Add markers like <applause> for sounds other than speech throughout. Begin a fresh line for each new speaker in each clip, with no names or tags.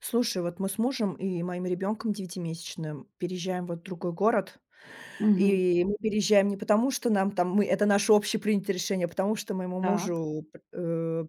Слушай, вот мы с мужем и моим ребенком девятимесячным переезжаем вот в другой город.
Мгм.
И мы переезжаем не потому, что нам там мы это наше общепринятое решение, а потому что моему
Так.
мужу, э,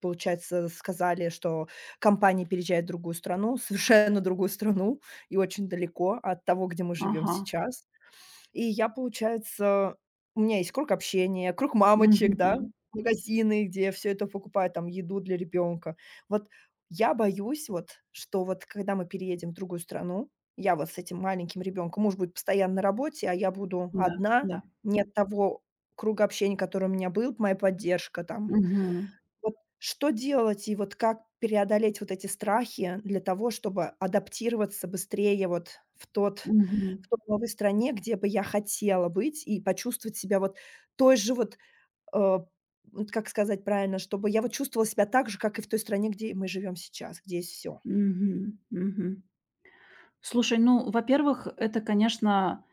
получается, сказали, что компания переезжает в другую страну, <laughs> совершенно другую страну и очень далеко от того, где мы живем
Ага.
сейчас. И я, получается, у меня есть круг общения, круг мамочек, да,
Мгм.
магазины, где все это покупают, там еду для ребенка. Вот я боюсь вот, что вот когда мы переедем в другую страну, я вот с этим маленьким ребенком муж будет постоянно на работе, а я буду
Да,
одна,
да.
нет того круга общения, который у меня был, моя поддержка там.
Мгм.
Вот что делать и вот как преодолеть вот эти страхи для того, чтобы адаптироваться быстрее вот в тот
Мгм.
в той новой стране, где бы я хотела быть, и почувствовать себя вот той же вот, э, вот как сказать правильно, чтобы я вот чувствовала себя так же, как и в той стране, где мы живем сейчас, где есть все.
Мгм. Мгм. Слушай, ну, во-первых, это, конечно,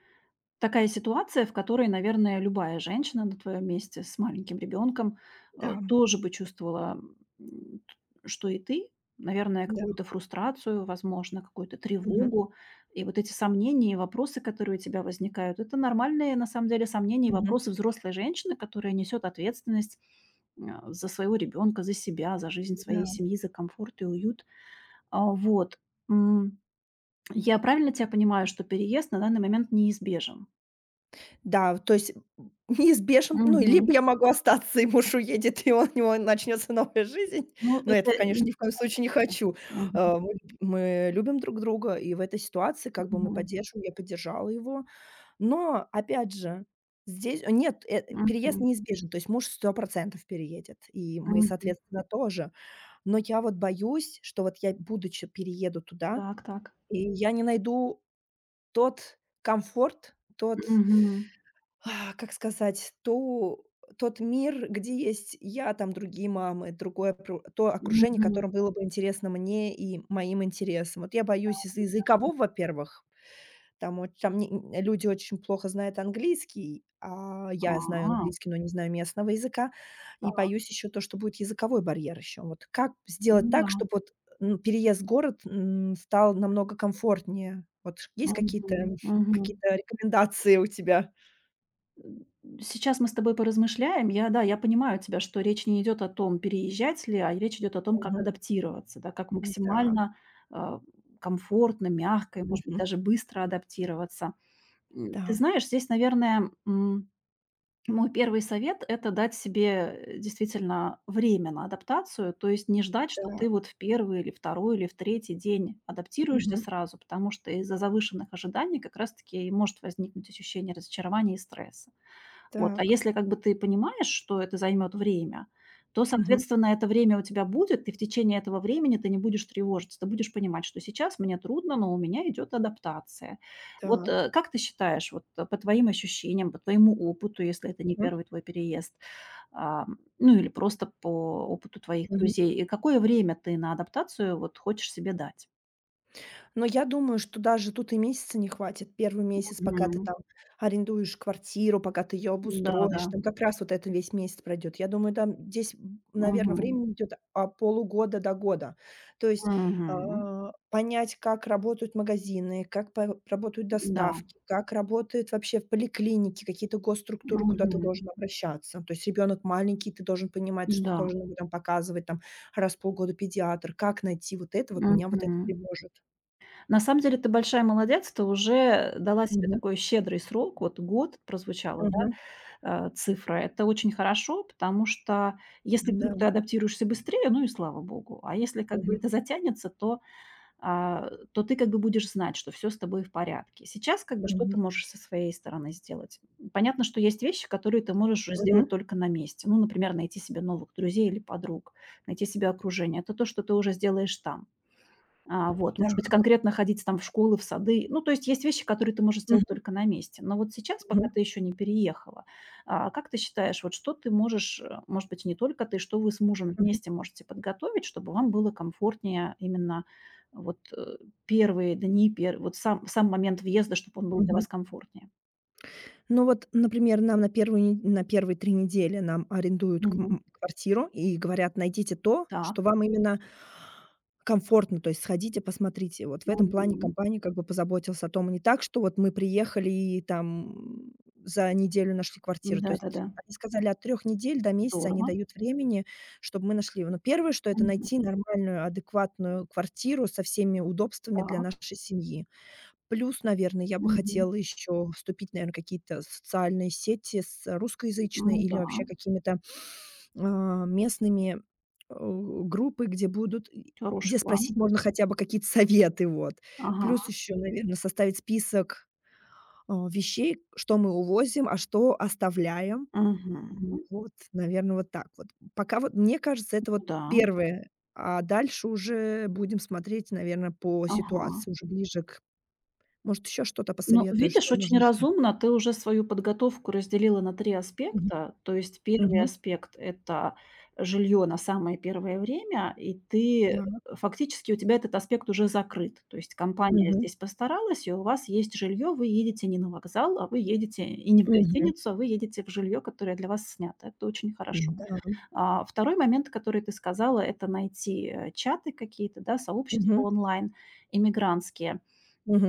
такая ситуация, в которой, наверное, любая женщина на твоем месте с маленьким ребенком,
Да,
тоже бы чувствовала, м, т что и ты. Наверное,
да.
какую-то фрустрацию, возможно, какую-то
Мгм,
тревогу. И вот эти сомнения и вопросы, которые у тебя возникают, это нормальные, на самом деле, сомнения и
мгм,
вопросы взрослой женщины, которая несет ответственность, за своего ребенка, за себя, за жизнь своей
да.
семьи, за комфорт и уют. Вот, м, я правильно тебя понимаю, что переезд на данный момент неизбежен?
Да, то есть неизбежен, ну, либо
Мгм.
я могу остаться, и муж уедет, и он у него начнется новая жизнь,
Ну,
но
это
этого,
не
конечно, ни в коем случае не
так.
хочу.
Мгм,
Э, мы мы любим друг друга, и в этой ситуации как бы мы
мгм,
поддерживаем, я поддержала его. Но, опять же, здесь нет, переезд
мгм,
неизбежен, то есть муж сто процентов переедет, и мы,
мгм.
соответственно, тоже. Но я вот боюсь, что вот я, будучи, перееду туда,
Так, так.
и я не найду тот комфорт, тот
Мгм,
как сказать, то тот мир, где есть я, там другие мамы, другое пру то окружение,
мгм.
которое было бы интересно мне и моим интересам. Вот я боюсь из-за
Ясно, ясно.
языкового, во-первых, там оч там не н люди очень плохо знают английский, а я знаю
А,
английский, но не знаю местного языка, и
так,
боюсь еще то, что будет языковой барьер еще. Вот как
ну
сделать
да.
так, чтобы вот, переезд в город, стал намного комфортнее? Вот есть какие-то
Мгм, мгм.
какие-то рекомендации у тебя?
М, сейчас мы с тобой поразмышляем. Я, да, я понимаю тебя, что речь не идет о том, переезжать ли, а речь идет о том, как адаптироваться, да, как
М-да.
максимально, а, комфортно, мягко и, может быть,
Мгм.
даже быстро адаптироваться. Ты
Да.
знаешь, здесь, наверное, мой первый совет - это дать себе, действительно время на адаптацию, то есть не ждать, что ты
Так.
вот в первый или второй или в третий день адаптируешься
Мгм.
сразу, потому что из-за завышенных ожиданий как раз таки и может возникнуть ощущение разочарования и стресса. Вот, а
Так.
если как бы ты понимаешь, что это займет время, то,
Мгм.
соответственно, это время у тебя будет, и в течение этого времени ты не будешь тревожиться, ты будешь понимать, что сейчас мне трудно, но у меня идет адаптация. Вот
Так.
как ты считаешь, вот по твоим ощущениям, по твоему опыту, если это не
Мгм.
первый твой переезд, а, ну или просто по опыту твоих
Мгм.
друзей, и какое время ты на адаптацию вот хочешь себе дать?
Но я думаю, что даже тут и месяца не хватит. Первый месяц, пока ты
Мгм.
там арендуешь квартиру, пока ты ее
Да, да.
обустроишь, там как раз вот это весь месяц пройдет. Я думаю, там здесь, наверное,
Мгм.
времени идет от полугода до года. То есть,
Мгм.
а, понять, как работают магазины, как по работают
Да.
доставки, как работает вообще в поликлинике, какие-то госструктуры, куда ты
Мгм.
должен обращаться. То есть ребенок маленький, ты должен понимать, что ты
Да.
должен ему там показывать там раз в полгода педиатр. Как найти вот это? Вот меня вот это
Мгм.
тревожит.
На самом деле ты большая молодец, ты уже дала себе
Мгм,
такой щедрый срок. Вот год прозвучала,
мгм,
да, цифра. Это очень хорошо, потому что если
да,
вдруг ты адаптируешься быстрее, ну и слава богу. А если как бы
мгм,
это затянется, то, то ты как бы будешь знать, что все с тобой в порядке. Сейчас как бы что ты
мгм,
можешь со своей стороны сделать? Понятно, что есть вещи, которые ты можешь уже сделать
мгм,
только на месте. Ну, например, найти себе новых друзей или подруг, найти себе окружение. Это то, что ты уже сделаешь там. Вот, может
да,
быть, конкретно ходить там в школы, в сады. Ну, то есть есть вещи, которые ты можешь сделать
мгм,
только на месте. Но вот сейчас, пока
мгм,
ты еще не переехала, как ты считаешь, вот что ты можешь, может быть, не только ты, что вы с мужем
мгм,
вместе можете подготовить, чтобы вам было комфортнее именно вот первые дни, вот сам момент въезда, чтобы он был для
мгм.
вас комфортнее?
Ну вот, например, нам на первую не на первые 3 недели нам арендуют к
Мгм.
м квартиру и говорят: "Найдите то,
Так.
что вам именно комфортно". То есть сходите, посмотрите. Вот в этом плане
Мгм.
компания как бы позаботилась о том, не так, что вот мы приехали и там за неделю нашли квартиру. То есть
Да-да-да.
они сказали, от 3 недель до месяца они
Здорово.
дают времени, чтобы мы нашли его. Но первое, что это
Мгм.
найти нормальную, адекватную квартиру со всеми удобствами для
Так.
нашей семьи. Плюс, наверное, я бы
Мгм.
хотела еще вступить, наверное, какие-то социальные сети с русскоязычной
Ну
или
да,
вообще какими-то, местными, э, группы, где будут и
хороший
где
план.
спросить можно хотя бы какие-то советы, вот. Плюс
Ага.
еще, наверное, составить список, вещей, что мы увозим, а что оставляем.
Мгм.
Вот, наверное, вот так вот. Пока вот, мне кажется, это вот
Да,
первое. А дальше уже будем смотреть, наверное, по
ага.
ситуации, уже ближе к может, еще что-то
Ну,
посоветуешь,
видишь,
что
очень
можно сделать.
разумно ты уже свою подготовку разделила на 3
Мгм.
аспекта. То есть первый
Мгм.
аспект - это жилье на самое первое время, и ты
Да.
фактически у тебя этот аспект уже закрыт. То есть компания
Мгм.
здесь постаралась, и у вас есть жилье, вы едете не на вокзал, а вы едете и не в
Мгм.
гостиницу, а вы едете в жилье, которое для вас снято. Это очень хорошо.
Да.
2-й момент, который ты сказала - это найти, чаты какие-то, да, сообщества
Мгм.
онлайн иммигрантские.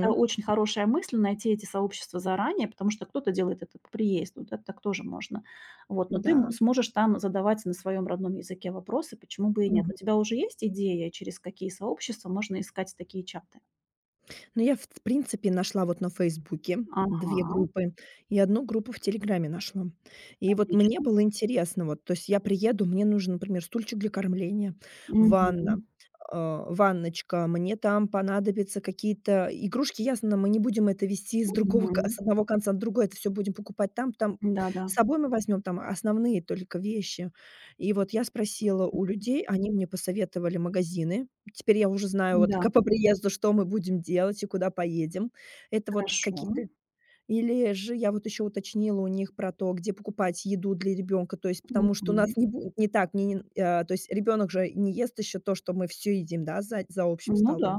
Это очень хорошая мысль - найти эти сообщества заранее, потому что кто-то делает это по приезду, да, так тоже можно. Вот, но ты
Да.
сможешь там задавать на своем родном языке вопросы, почему бы и нет. У
Мгм.
тебя уже есть идея, через какие сообщества можно искать такие чаты?
Но я, в принципе, нашла вот на "Фейсбуке"
Ага,
2 группы и одну группу в "Телеграме" нашла. И вот мне
отлично.
было интересно, вот, то есть я приеду, мне нужен, например, стульчик для кормления, ванна,
Мгм,
а, ванночка, мне там понадобятся какие-то игрушки. Ясно, мы не будем это вести с другого ка
мгм.
с одного конца на другой, это все будем покупать там. Там
Да-да,
с собой мы возьмем там основные только вещи. И вот я спросила у людей, они мне посоветовали магазины. Теперь я уже знаю, вот
да, да,
как по приезду, что мы будем делать и куда поедем. Это вот
хорошо.
какие-то или же я вот еще уточнила у них про то, где покупать еду для ребенка. То есть потому что у нас
Мгм.
не будет не так, не, то есть ребенок же не ест еще то, что мы все едим, да, за общим
Ну да,
столом.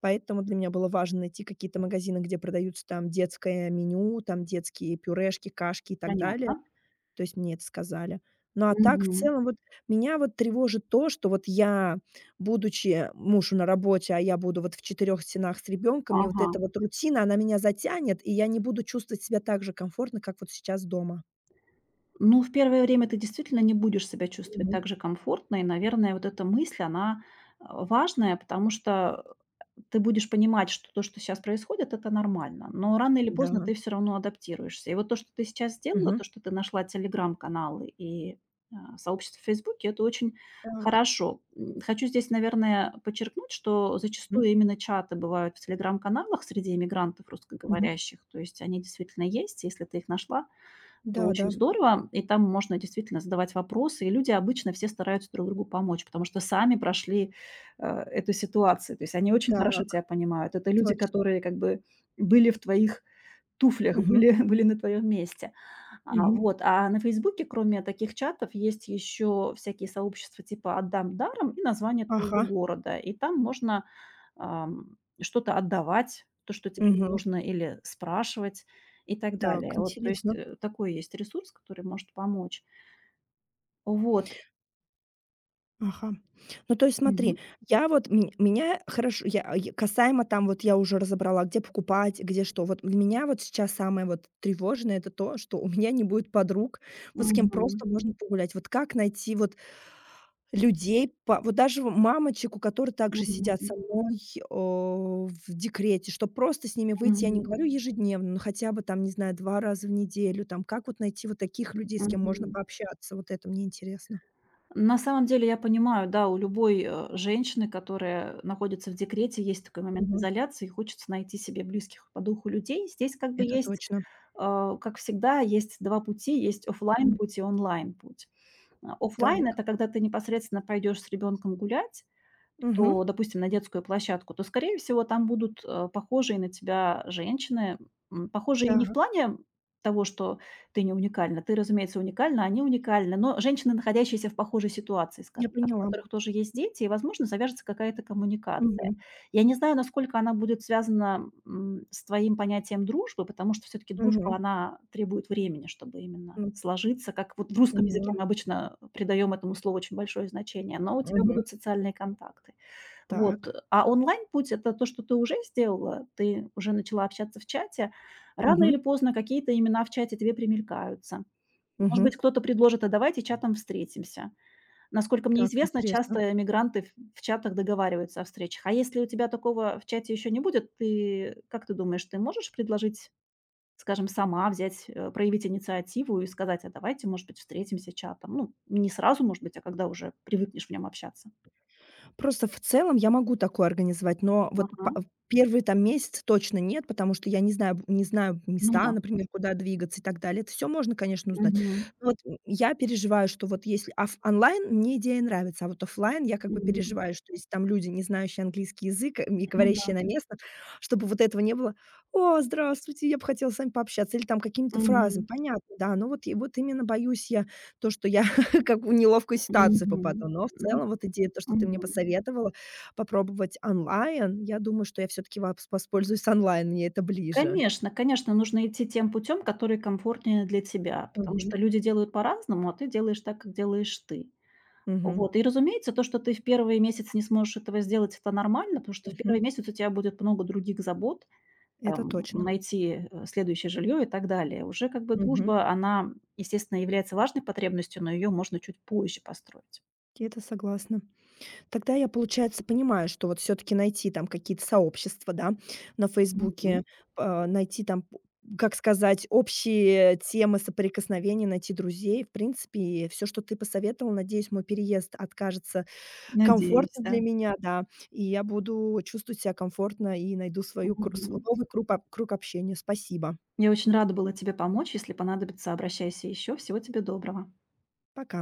Поэтому для меня было важно найти какие-то магазины, где продаются там детское меню, там детские пюрешки, кашки и так далее.
понятно.
То есть мне это сказали. Ну, а так в
Мгм.
целом вот меня вот тревожит то, что вот я, будучи муж на работе, а я буду вот в четырех стенах с ребенком, и вот
Ага.
эта вот рутина, она меня затянет, и я не буду чувствовать себя так же комфортно, как вот сейчас дома.
Ну, в первое время ты действительно не будешь себя чувствовать
Мгм.
так же комфортно. И, наверное, вот эта мысль, она важная, потому что ты будешь понимать, что то, что сейчас происходит, это нормально. Но рано или поздно
Да.
ты все равно адаптируешься. И вот то, что ты сейчас сделала, то,
Мгм.
что ты нашла телеграм-каналы и сообщество в Фейсбуке, это очень
Так.
хорошо. Хочу здесь, наверное, подчеркнуть, что
М.
зачастую именно чаты бывают в телеграм-каналах среди иммигрантов
Мгм.
русскоговорящих. То есть они действительно есть, если ты их нашла, то
Да-да.
очень здорово. И там можно действительно задавать вопросы, и люди обычно все стараются друг другу помочь, потому что сами прошли, эту ситуацию. То есть они очень хорошо
Так.
тебя понимают. Это люди,
Точно.
которые как бы были в твоих туфлях,
Мгм.
были <laughs> были на твоем месте.
Мгм.
Вот. А на «Фейсбуке», кроме таких чатов, есть еще всякие сообщества типа «Отдам даром» и название твоего
Ага.
города. И там можно, что-то отдавать, то, что тебе не
Мгм.
нужно, или спрашивать. И так
Так,
далее. Вот, то есть,
интересно.
такой есть ресурс, который может помочь. Вот.
Ага. Ну, то есть
Мгм.
смотри, я вот ме меня хорошо, я касаемо там вот я уже разобрала, где покупать, где что. Вот для меня вот сейчас самое вот тревожное - это то, что у меня не будет подруг, вот с кем
Мгм.
просто можно погулять. Вот как найти вот людей, па вот даже в мамочек, у которых также сидят со
Мгм.
мной, в декрете, чтобы просто с ними выйти, я не
Мгм.
говорю ежедневно, но хотя бы там, не знаю, 2 раза в неделю там. Как вот найти вот таких людей, с кем можно
Мгм.
пообщаться? Вот это мне интересно.
На самом деле я понимаю, да, у любой, женщины, которая находится в декрете, есть такой момент
Мгм.
изоляции, и хочется найти себе близких по духу людей. Здесь как бы
Это
есть,
точно.
как всегда, есть 2 пути: есть
М,
оффлайн-путь и онлайн-путь.
так.
Оффлайн - это когда ты непосредственно пойдешь с ребенком гулять.
Мгм.
То, допустим, на детскую площадку, то, скорее всего, там будут, похожие на тебя женщины. Похожие не в
Так,
плане того, что ты не уникальна. Ты, разумеется, уникальна, они уникальны, но женщины, находящиеся в похожей ситуации,
я
скажем так, у
поняла.
которых тоже есть дети, и, возможно, завяжется какая-то коммуникация.
Мгм.
Я не знаю, насколько она будет связана, с твоим понятием дружбы, потому что все таки дружба,
Мгм.
она требует времени, чтобы именно
М,
сложиться. Как вот в русском языке
поняла.
мы обычно придаем этому слову очень большое значение, но у тебя
Мгм.
будут социальные контакты. Вот,
Так.
а онлайн-путь - это то, что ты уже сделала, ты уже начала общаться в чате. Рано
Мгм.
или поздно какие-то имена в чате тебе примелькаются. Может быть,
Мгм.
кто-то предложит: «А давайте чатом встретимся». Насколько мне
Так,
известно,
интересно.
часто мигранты в чатах договариваются о встречах. А если у тебя такого в чате еще не будет, ты как ты думаешь, ты можешь предложить, скажем, сама взять, проявить инициативу и сказать: «А давайте, может быть, встретимся чатом»? Ну, не сразу, может быть, а когда уже привыкнешь в нем общаться.
Просто в целом я могу такое организовать, но вот
Ага,
па в там месяц точно нет, потому что я не знаю
ну
места,
да.
например, куда двигаться и так далее. Это все можно, конечно, узнать.
Мгм.
Но вот, я переживаю, что вот если оф онлайн мне идея нравится, а вот офлайн я как бы
Мгм.
переживаю, что если там люди, не знающие английский язык, и
Ну да.
говорящие на местном, чтобы вот этого не было: "О, здравствуйте, я бы хотела с вами пообщаться". Или там какими-то фразами.
Мгм.
Понятно, да, но вот и вот именно боюсь я то, что я <laughs> как в неловкую ситуацию
Мгм.
попаду. Но в
Ну,
целом вот идея, то, что ты мне
мгм.
посоветовала, попробовать онлайн, я думаю, что я все таки воспользуюсь онлайн, мне это ближе.
Конечно, конечно, нужно идти тем путем, который комфортнее для тебя, потому что
Мгм.
люди делают по-разному, а ты делаешь так, как делаешь ты.
Мгм.
Вот, и, разумеется, то, что ты в 1-й месяц не сможешь этого сделать, это нормально, потому что в 1-й
Мгм.
месяц у тебя будет много других забот,
Это
там,
точно.
найти, следующее жилье и так далее. Уже как бы
Мгм.
дружба, она, естественно, является важной потребностью, но ее можно чуть позже построить.
Где-то согласна. Тогда я, получается, понимаю, что вот все таки найти там какие-то сообщества, да, на
Мгм.
"Фейсбуке", найти там, п как сказать, общие темы соприкосновения, найти друзей. В принципе, все, что ты посоветовал, надеюсь, мой переезд откажется
Надеюсь,
комфортно
да.
для меня, да. И я буду чувствовать себя комфортно и найду свою кру св
Мгм.
новый круг общения. Спасибо.
Я очень рада была тебе помочь. Если понадобится, обращайся еще. Всего тебе доброго.
Пока.